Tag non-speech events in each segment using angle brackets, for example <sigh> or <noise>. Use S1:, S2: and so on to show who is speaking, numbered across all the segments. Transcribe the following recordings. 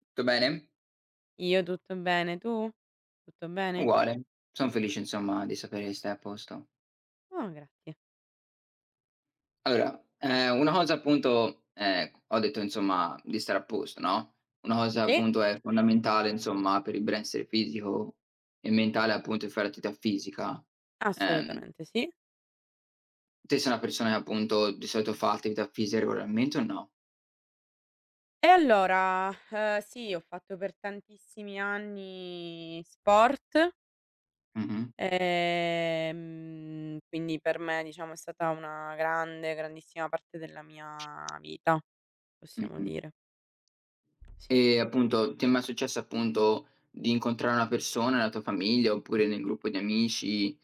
S1: Tutto bene?
S2: Io tutto bene, tu? Tutto bene?
S1: Uguale. Son felice insomma di sapere che stai a posto.
S2: Oh, grazie.
S1: Allora, una cosa appunto ho detto insomma di stare a posto, no, una cosa
S2: Sì?
S1: appunto è fondamentale insomma per il benessere fisico e mentale appunto è fare attività fisica. Ehm,
S2: Assolutamente sì.
S1: te sei una persona che appunto di solito fa attività fisica regolarmente o no?
S2: E allora, sì, ho fatto per tantissimi anni sport,
S1: Mh-mh.
S2: quindi per me diciamo è stata una grande, grandissima parte della mia vita, possiamo
S1: Mh-mh.
S2: dire, sì.
S1: E appunto, ti è mai successo appunto di incontrare una persona nella tua famiglia oppure nel gruppo di amici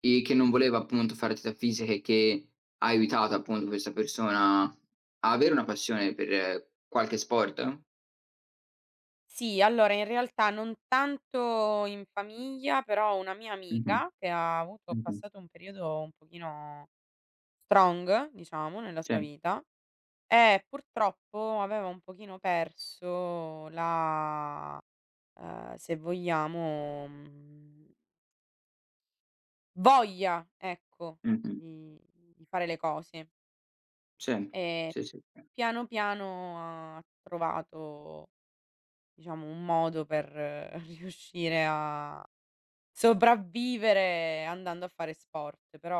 S1: e che non voleva appunto fare attività fisica e che ha aiutato appunto questa persona a avere una passione per qualche sport?
S2: Sì, allora in realtà non tanto in famiglia, però una mia
S1: Mh-mh,
S2: amica che ha
S1: mh-mh,
S2: passato un periodo un pochino Strong, diciamo, nella sua
S1: sì,
S2: vita e purtroppo aveva un pochino perso la se vogliamo, voglia, ecco,
S1: mh-mh,
S2: di fare le cose
S1: sì,
S2: e
S1: sì, sì, sì,
S2: piano piano ha trovato, diciamo, un modo per <laughs> riuscire a sopravvivere andando a fare sport, però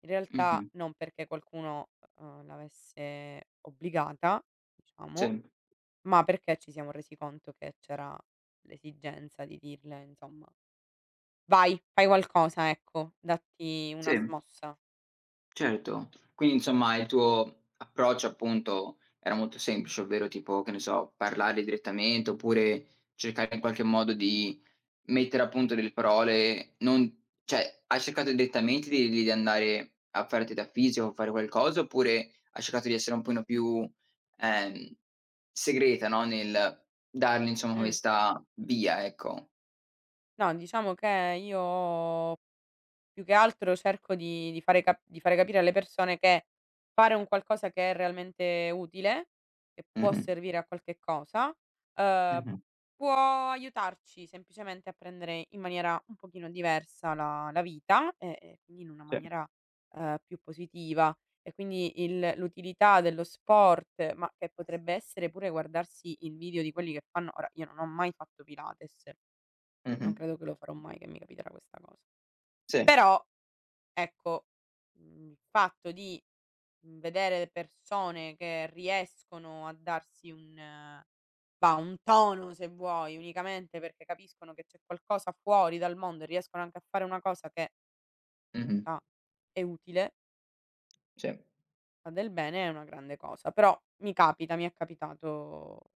S2: in
S1: mh-mh,
S2: realtà non perché qualcuno, l'avesse obbligata, diciamo,
S1: sì,
S2: ma perché ci siamo resi conto che c'era l'esigenza di dirle insomma: "Vai, fai qualcosa ecco, datti una
S1: sì,
S2: smossa".
S1: certo. Quindi insomma il tuo approccio appunto era molto semplice, ovvero tipo, che ne so, parlare direttamente oppure cercare in qualche modo di mettere appunto delle parole non cioè, hai cercato direttamente di andare a farti da fisio o fare qualcosa, oppure hai cercato di essere un pochino più, ehm, segreta, no, nel dargli insomma
S2: Mh.
S1: questa via, ecco?
S2: No, diciamo che io ho più che altro cerco di fare cap di fare capire alle persone che fare un qualcosa che è realmente utile, che può
S1: Mh-mh.
S2: servire a qualche cosa, uhm,
S1: Mh-mh.
S2: può aiutarci semplicemente a prendere in maniera un pochino diversa la vita e quindi in una
S1: Sì.
S2: maniera, più positiva. E quindi il l'utilità dello sport, ma che potrebbe essere pure guardarsi il video di quelli che fanno ora io non ho mai fatto Pilates,
S1: Mh-mh.
S2: non credo che lo farò mai, che mi capiterà questa cosa.
S1: Sì.
S2: Però ecco, il fatto di vedere persone che riescono a darsi un bah, un tono se vuoi, unicamente perché capiscono che c'è qualcosa fuori dal mondo e riescono anche a fare una cosa che in
S1: Mh-mh.
S2: realtà è utile,
S1: Sì.
S2: fa del bene, è una grande cosa. Però mi capita, mi è capitato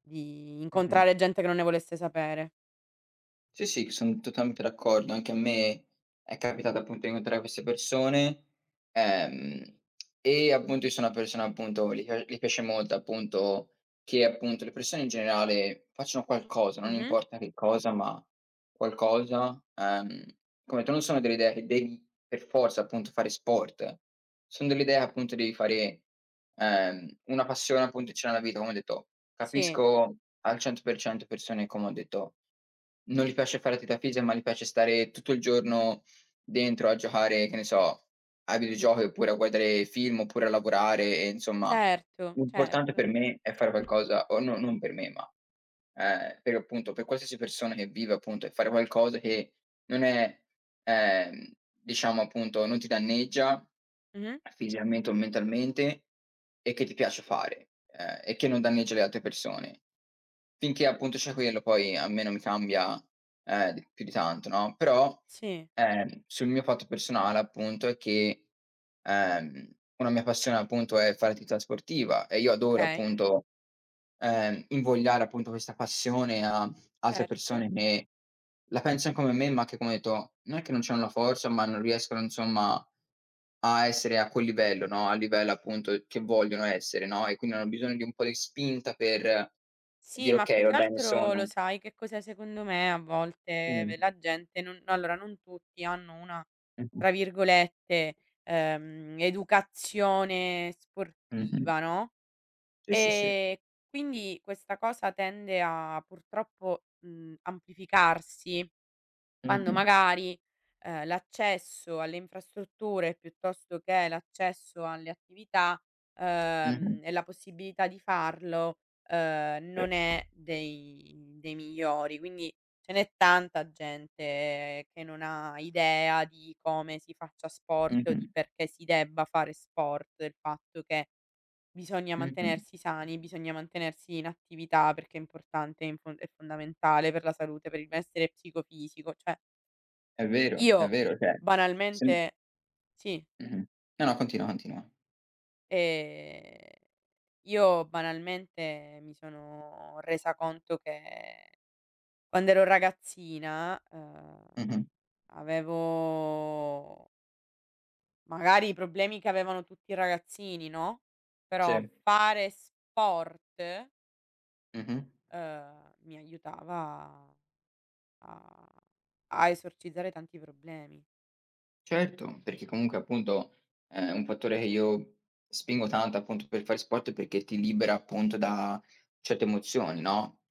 S2: di
S1: Mh-mh.
S2: incontrare gente che non ne volesse sapere.
S1: Sì, sì, son totalmente d'accordo. Anche a me è capitato appunto di incontrare queste persone, ehm, e appunto io sono una persona appunto gli piace molto appunto che appunto le persone in generale facciano qualcosa, non
S2: Mh-mh.
S1: importa che cosa, ma qualcosa, come tu non sono delle idee che devi per forza appunto fare sport, son delle idee che appunto devi fare, una passione appunto che c'è nella vita, come ho detto.
S2: Sì,
S1: Capisco al 100% persone, come ho detto, non gli piace fare attività fisica, ma gli piace stare tutto il giorno dentro a giocare, che ne so, a videogiochi, oppure a guardare film, oppure a lavorare e insomma,
S2: certo,
S1: l'importante
S2: certo.
S1: per me è fare qualcosa o no non per me, ma, per appunto per qualsiasi persona che vive appunto, è fare qualcosa che non è, ehm, diciamo appunto non ti danneggia
S2: Mh-mh.
S1: fisicamente o mentalmente e che ti piace fare, e che non danneggia le altre persone. Finché appunto c'è quello, poi a me non mi cambia, di più di tanto, no, però,
S2: Sì,
S1: sul mio fatto personale appunto è che, una mia passione appunto è fare attività sportiva e io adoro
S2: okay,
S1: appunto invogliare appunto questa passione a altre
S2: certo.
S1: persone che la pensan come me, ma che come hai detto, non è che non c'hanno la forza, ma non riescono insomma a essere a quel livello, no, al livello appunto che vogliono essere, no, e quindi hanno bisogno di un po' di spinta per
S2: Sì,
S1: dire:
S2: ma
S1: "Okay,
S2: più che
S1: va bene
S2: altro
S1: sono"
S2: lo sai che cos'è secondo me a
S1: mh,
S2: volte la gente non no, allora non tutti hanno una,
S1: mh-mh,
S2: tra virgolette, "educazione
S1: mh-mh.
S2: sportiva", no,
S1: Sì, sì, sì.
S2: ehm, quindi questa cosa tende a purtroppo, amplificarsi. Quando
S1: Mh-mh,
S2: magari, l'accesso alle infrastrutture, piuttosto che l'accesso alle attività,
S1: mh-mh,
S2: e la possibilità di farlo,
S1: sì,
S2: non è dei migliori. Quindi ce n'è tanta gente che non ha idea di come si faccia sport o
S1: mh-mh,
S2: di perché si debba fare sport, del fatto che bisogna
S1: mh-mh.
S2: mantenersi sani, bisogna mantenersi in attività perché è importante, è fondamentale per la salute, per il benessere psicofisico, cioè
S1: È
S2: io
S1: vero, cioè sì,
S2: banalmente sì,
S1: mh-mh. No, no, continua, continua.
S2: ehm, io banalmente mi sono resa conto che quando ero ragazzina,
S1: Mh-mh.
S2: avevo magari i problemi che avevano tutti i ragazzini, no, però
S1: Sì.
S2: fare sport,
S1: Mh-mh.
S2: mi aiutava a esorcizzare tanti problemi.
S1: Certo, perché comunque appunto è un fattore che io spingo tanto appunto per fare sport perché ti libera appunto da certe emozioni, no,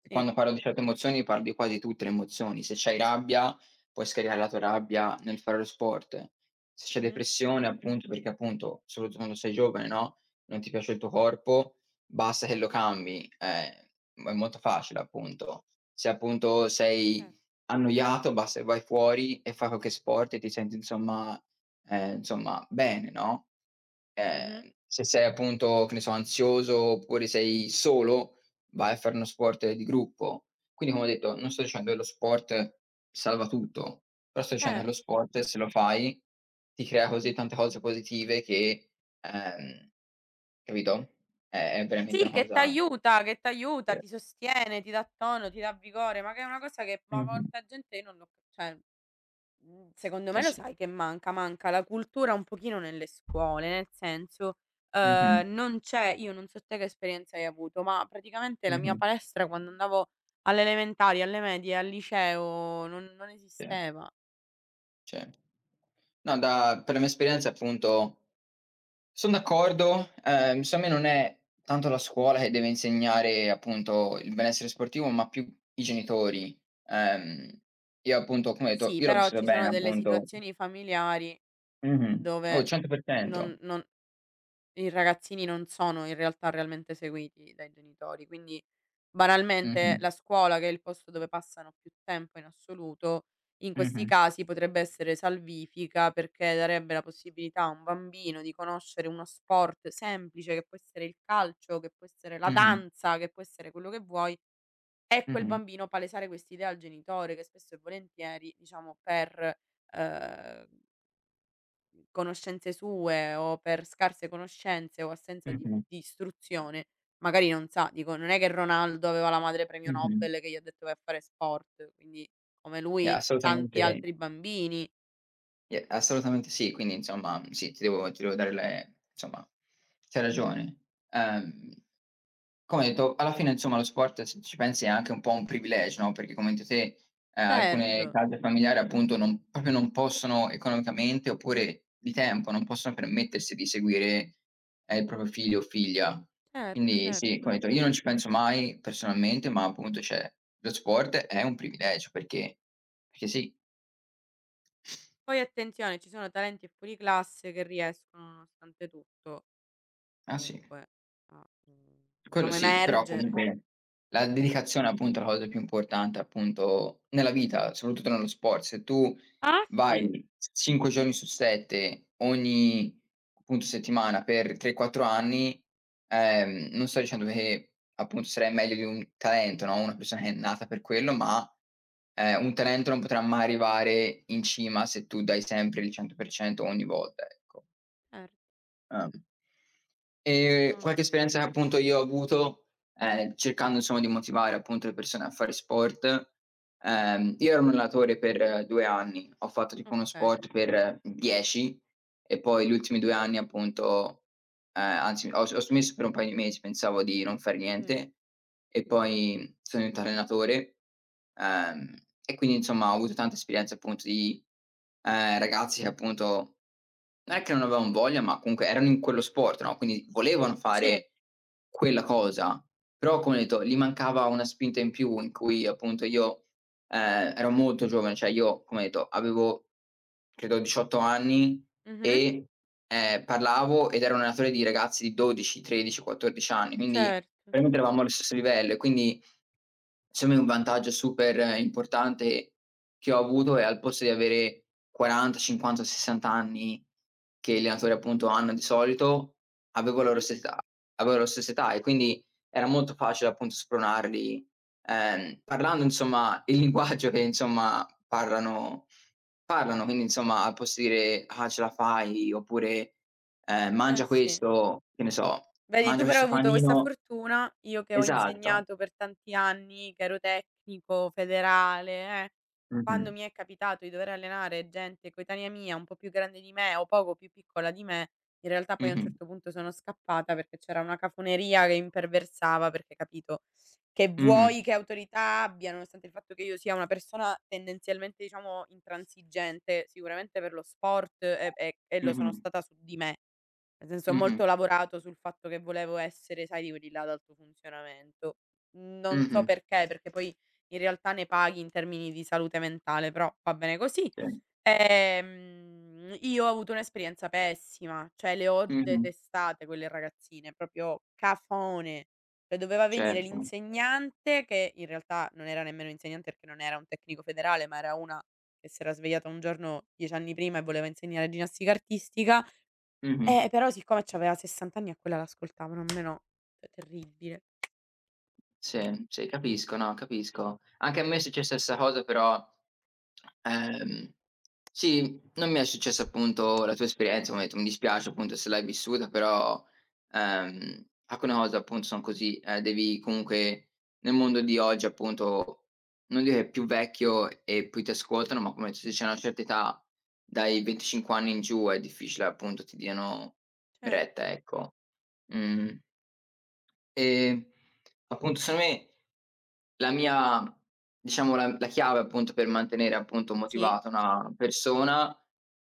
S1: e
S2: Sì.
S1: quando parlo di certe emozioni parlo di quasi tutte le emozioni. Se c'hai rabbia, puoi scaricare la tua rabbia nel fare lo sport. Se c'è
S2: Mh-mh.
S1: depressione appunto perché appunto, soprattutto quando sei giovane, no, non ti piace il tuo corpo, basta che lo cambi, è molto facile appunto. Se appunto
S2: Cer
S1: sei annoiato basta che vai fuori e fai qualche sport e ti senti insomma insomma bene, no,
S2: Mh-mh.
S1: se sei appunto, che ne so, ansioso oppure sei solo, vai a fare uno sport di gruppo. Quindi come ho detto, non sto dicendo che lo sport salva tutto, però sto dicendo che lo
S2: Certo.
S1: sport se lo fai, ti crea così tante cose positive che ehm, capito, è veramente
S2: Sì,
S1: una
S2: che
S1: cosa
S2: t'aiuta,
S1: che
S2: ti sostiene, ti dà tono, ti dà vigore, ma che è una cosa che ma
S1: mh-mh,
S2: molta gente io non l'ho cioè, secondo me
S1: eh
S2: lo
S1: sì,
S2: sai che manca, la cultura un pochino nelle scuole, nel senso,
S1: mh-mh,
S2: non c'è io non so te che esperienza hai avuto, ma praticamente la mia
S1: mh-mh,
S2: palestra quando andavo alle elementari, alle medie, al liceo non
S1: sì.
S2: esisteva.
S1: Certo. No, da per la mia esperienza appunto son d'accordo, secondo me non è tanto la scuola che deve insegnare appunto il benessere sportivo, ma più i genitori. Ehm, io appunto come hai detto,
S2: Sì,
S1: io l'ho
S2: però
S1: vissuta
S2: ci sono
S1: bene
S2: delle
S1: appunto
S2: situazioni familiari
S1: mh-mh, oh
S2: dove
S1: 100%.
S2: non non i ragazzini non sono in realtà realmente seguiti dai genitori, quindi banalmente
S1: Mh-mh,
S2: la scuola, che è il posto dove passano più tempo in assoluto, in questi
S1: mh-mh,
S2: casi potrebbe essere salvifica perché darebbe la possibilità a un bambino di conoscere uno sport semplice che può essere il calcio, che può essere la
S1: mh-mh,
S2: danza, che può essere quello che vuoi, e quel
S1: mh-mh,
S2: bambino palesare quest'idea al genitore che spesso e volentieri, diciamo, per, ehm conoscenze sue o per scarse conoscenze o assenza di
S1: mh-mh,
S2: istruzione, magari non sa dico, non è che Ronaldo aveva la madre premio
S1: mh-mh.
S2: Nobel che gli ha detto: "Vai a fare sport", quindi come
S1: E
S2: lui tanti
S1: assolutamente
S2: altri bambini.
S1: e assolutamente sì, quindi insomma, sì, ti devo dare le insomma, c'hai ragione. Come hai detto, alla fine insomma lo sport, se ci pensi, è anche un po' un privilegio, no, perché come hai detto te,
S2: Certo,
S1: alcune case familiari appunto non proprio non possono economicamente, oppure di tempo, non possono permettersi di seguire, il proprio figlio o figlia.
S2: certo,
S1: Quindi sì, come
S2: certo.
S1: hai detto, io non ci penso mai personalmente, ma appunto, cioè, lo sport è un privilegio perché perché sì.
S2: Poi attenzione, ci sono talenti e fuori classe che riescono nonostante tutto
S1: Ah, sì.
S2: comunque a,
S1: Quello
S2: diciamo
S1: sì, però
S2: emergere.
S1: comunque la dedicazione appunto è la cosa più importante appunto nella vita, soprattutto nello sport. Se tu
S2: Ah sì,
S1: vai 5 giorni su 7 ogni appunto settimana per 3, 4 anni, non sto dicendo che appunto sarai meglio di un talento, no, una persona che è nata per quello, ma, un talento non potrà mai arrivare in cima se tu dai sempre il 100% ogni volta, ecco.
S2: certo,
S1: Ah. E
S2: ah,
S1: qualche esperienza che appunto io ho avuto, cercando insomma di motivare appunto le persone a fare sport, io ero un allenatore per 2 anni, ho fatto tipo uno
S2: okay.
S1: sport per 10 e poi gli ultimi 2 anni appunto anzi ho smesso per un paio di mesi, pensavo di non far
S2: Mh,
S1: niente e poi sono diventato allenatore, ehm, e quindi insomma ho avuto tante esperienze appunto di, ragazzi che appunto non è che non avevan voglia, ma comunque erano in quello sport, no, quindi volevano
S2: sì,
S1: fare quella cosa, però come ho detto, gli mancava una spinta in più in cui appunto io ero molto giovane, cioè io, come detto, avevo credo 18 anni
S2: mh-mh,
S1: e, parlavo ed ero un allenatore di ragazzi di 12, 13, 14 anni, quindi
S2: certo,
S1: veramente eravamo allo stesso livello e quindi secondo me un vantaggio super importante che ho avuto è al posto di avere 40, 50, 60 anni che gli allenatori appunto hanno di solito, avevo la loro
S2: mh-mh.
S1: stessa età avevo la loro stessa età e quindi era molto facile appunto spronarli parlando insomma il linguaggio che insomma parlano, quindi insomma posso dire: "Ah, ce la fai" oppure,
S2: Eh
S1: "Mangia
S2: sì.
S1: questo", che ne so,
S2: Vedi
S1: "Mangia
S2: tu però hai
S1: questo
S2: avuto questa
S1: panino"
S2: fortuna, io che ho
S1: esatto.
S2: insegnato per tanti anni, che ero tecnico federale, quando
S1: Mh-mh.
S2: mi è capitato di dover allenare gente coetanea mia, un po' più grande di me o poco più piccola di me, in realtà poi a un
S1: Mh-mh.
S2: certo punto sono scappata perché c'era una cafoneria che imperversava, perché capito, che
S1: Mh-mh.
S2: vuoi che autorità abbia, nonostante il fatto che io sia una persona tendenzialmente, diciamo, intransigente, sicuramente per lo sport e lo sono
S1: Mh-mh.
S2: stata su di me nel senso ho
S1: Mh-mh.
S2: molto lavorato sul fatto che volevo essere, sai, di quelli là ad alto funzionamento. Non so
S1: Mh-mh.
S2: perché, perché poi in realtà ne paghi in termini di salute mentale, però va bene così.
S1: Sì.
S2: Io ho avuto un'esperienza pessima, cioè le ho
S1: Mh-mh.
S2: detestate quelle ragazzine, proprio cafone. Cioè doveva venire
S1: Certo.
S2: l'insegnante che in realtà non era nemmeno insegnante perché non era un tecnico federale, ma era una che si era svegliata un giorno 10 anni prima e voleva insegnare ginnastica artistica
S1: Mh-mh.
S2: però siccome c'aveva 60 anni a quella l'ascoltavano, a me no. Cioè terribile.
S1: Sì, sì, capisco, no, capisco. Anche a me è successa la stessa cosa, però, ehm, sì, non mi è successa appunto la tua esperienza, come hai detto, mi dispiace appunto se l'hai vissuta, però, alcune cose appunto son così, devi comunque nel mondo di oggi appunto, non dire più vecchio e poi ti ascoltano, ma come se c'è una certa età, dai 25 anni in giù è difficile appunto ti diano
S2: Cer
S1: retta, ecco. Mh. Ehm, appunto secondo me la mia diciamo la chiave appunto per mantenere appunto
S2: Sì?
S1: motivata una persona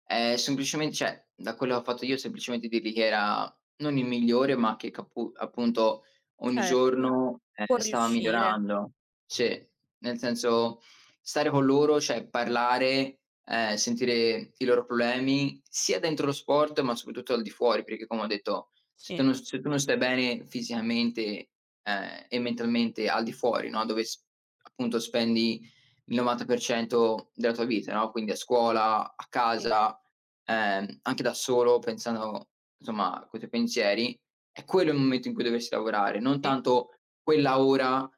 S1: è semplicemen cioè da quello che ho fatto io semplicemente dirgli che era non il migliore, ma che capu appunto ogni
S2: Certo.
S1: giorno,
S2: Può
S1: stava
S2: riuscire.
S1: migliorando. Sì, nel senso stare con loro, cioè parlare, sentire i loro problemi, sia dentro lo sport, ma soprattutto al di fuori, perché come ho detto
S2: Sì,
S1: se tu non stai bene fisicamente, e mentalmente al di fuori, no, dove s appunto spendi il 90% della tua vita, no, quindi a scuola, a
S2: sì,
S1: casa, anche da solo pensando insomma coi tuoi pensieri, è quello il momento in cui dovresti lavorare, non
S2: sì,
S1: tanto quella ora,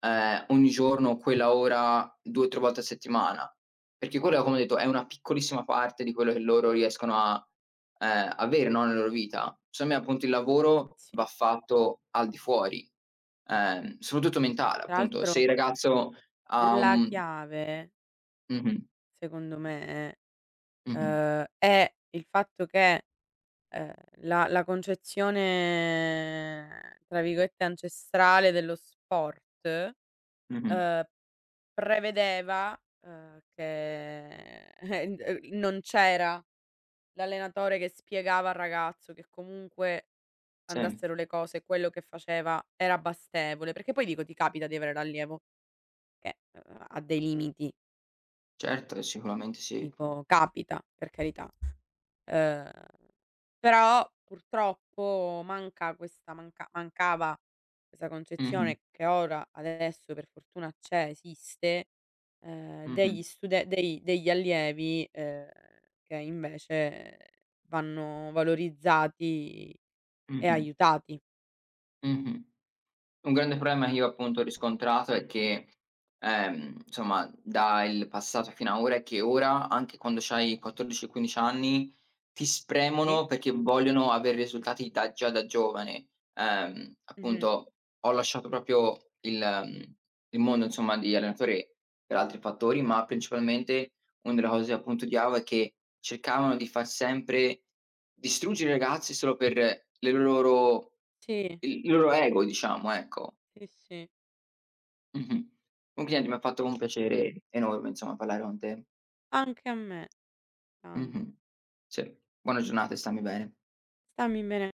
S1: ogni giorno, quella ora 2, 3 volte a settimana, perché quella, come ho detto, è una piccolissima parte di quello che loro riescono a avere, no, nella loro vita. Secondo me, appunto, il lavoro va
S2: sì.
S1: fatto al di fuori, soprattutto mentale,
S2: Tra
S1: appunto. Se
S2: l'altro
S1: il ragazzo ha
S2: la
S1: un
S2: chiave,
S1: mh-mh,
S2: secondo me,
S1: mh-mh,
S2: è il fatto che, ehm, la concezione, tra virgolette, "ancestrale" dello sport,
S1: mh-mh,
S2: uhm, prevedeva, che <laughs> n non c'era l'allenatore che spiegava al ragazzo che comunque
S1: sì,
S2: andassero le cose, quello che faceva era bastevole, perché poi dico ti capita di avere l'allievo che, ha dei limiti,
S1: certo, sicuramente sì.
S2: dico capita per carità, uhm, però purtroppo manca mancava questa
S1: Mh-mh,
S2: concezione che ora adesso per fortuna c'è, esiste,
S1: mh-mh,
S2: degli stude dei degli allievi, che invece vanno valorizzati e
S1: mh-mh,
S2: aiutati.
S1: mh-mh. Un grande problema che io appunto ho riscontrato è che, insomma dal passato fino a ora è che ora, anche quando c'hai 14, 15 anni, ti
S2: Sì?
S1: spremono perché vogliono avere risultati da già da giovane.
S2: Mh-mh.
S1: Appunto ho lasciato proprio il mhmm, il mondo insomma di allenatore per altri fattori, ma principalmente una delle cose che appunto odiavo è che cercavano di far sempre distruggere i ragazzi solo per le loro
S2: Sì,
S1: il loro ego diciamo, ecco.
S2: sì, sì,
S1: Mh-mh. Complimenti, mi ha fatto
S2: sì.
S1: un piacere enorme insomma parlare con te.
S2: Anche a me, tanto.
S1: Mh-mh. Sì. Buona giornata e stammi bene.
S2: Stammi bene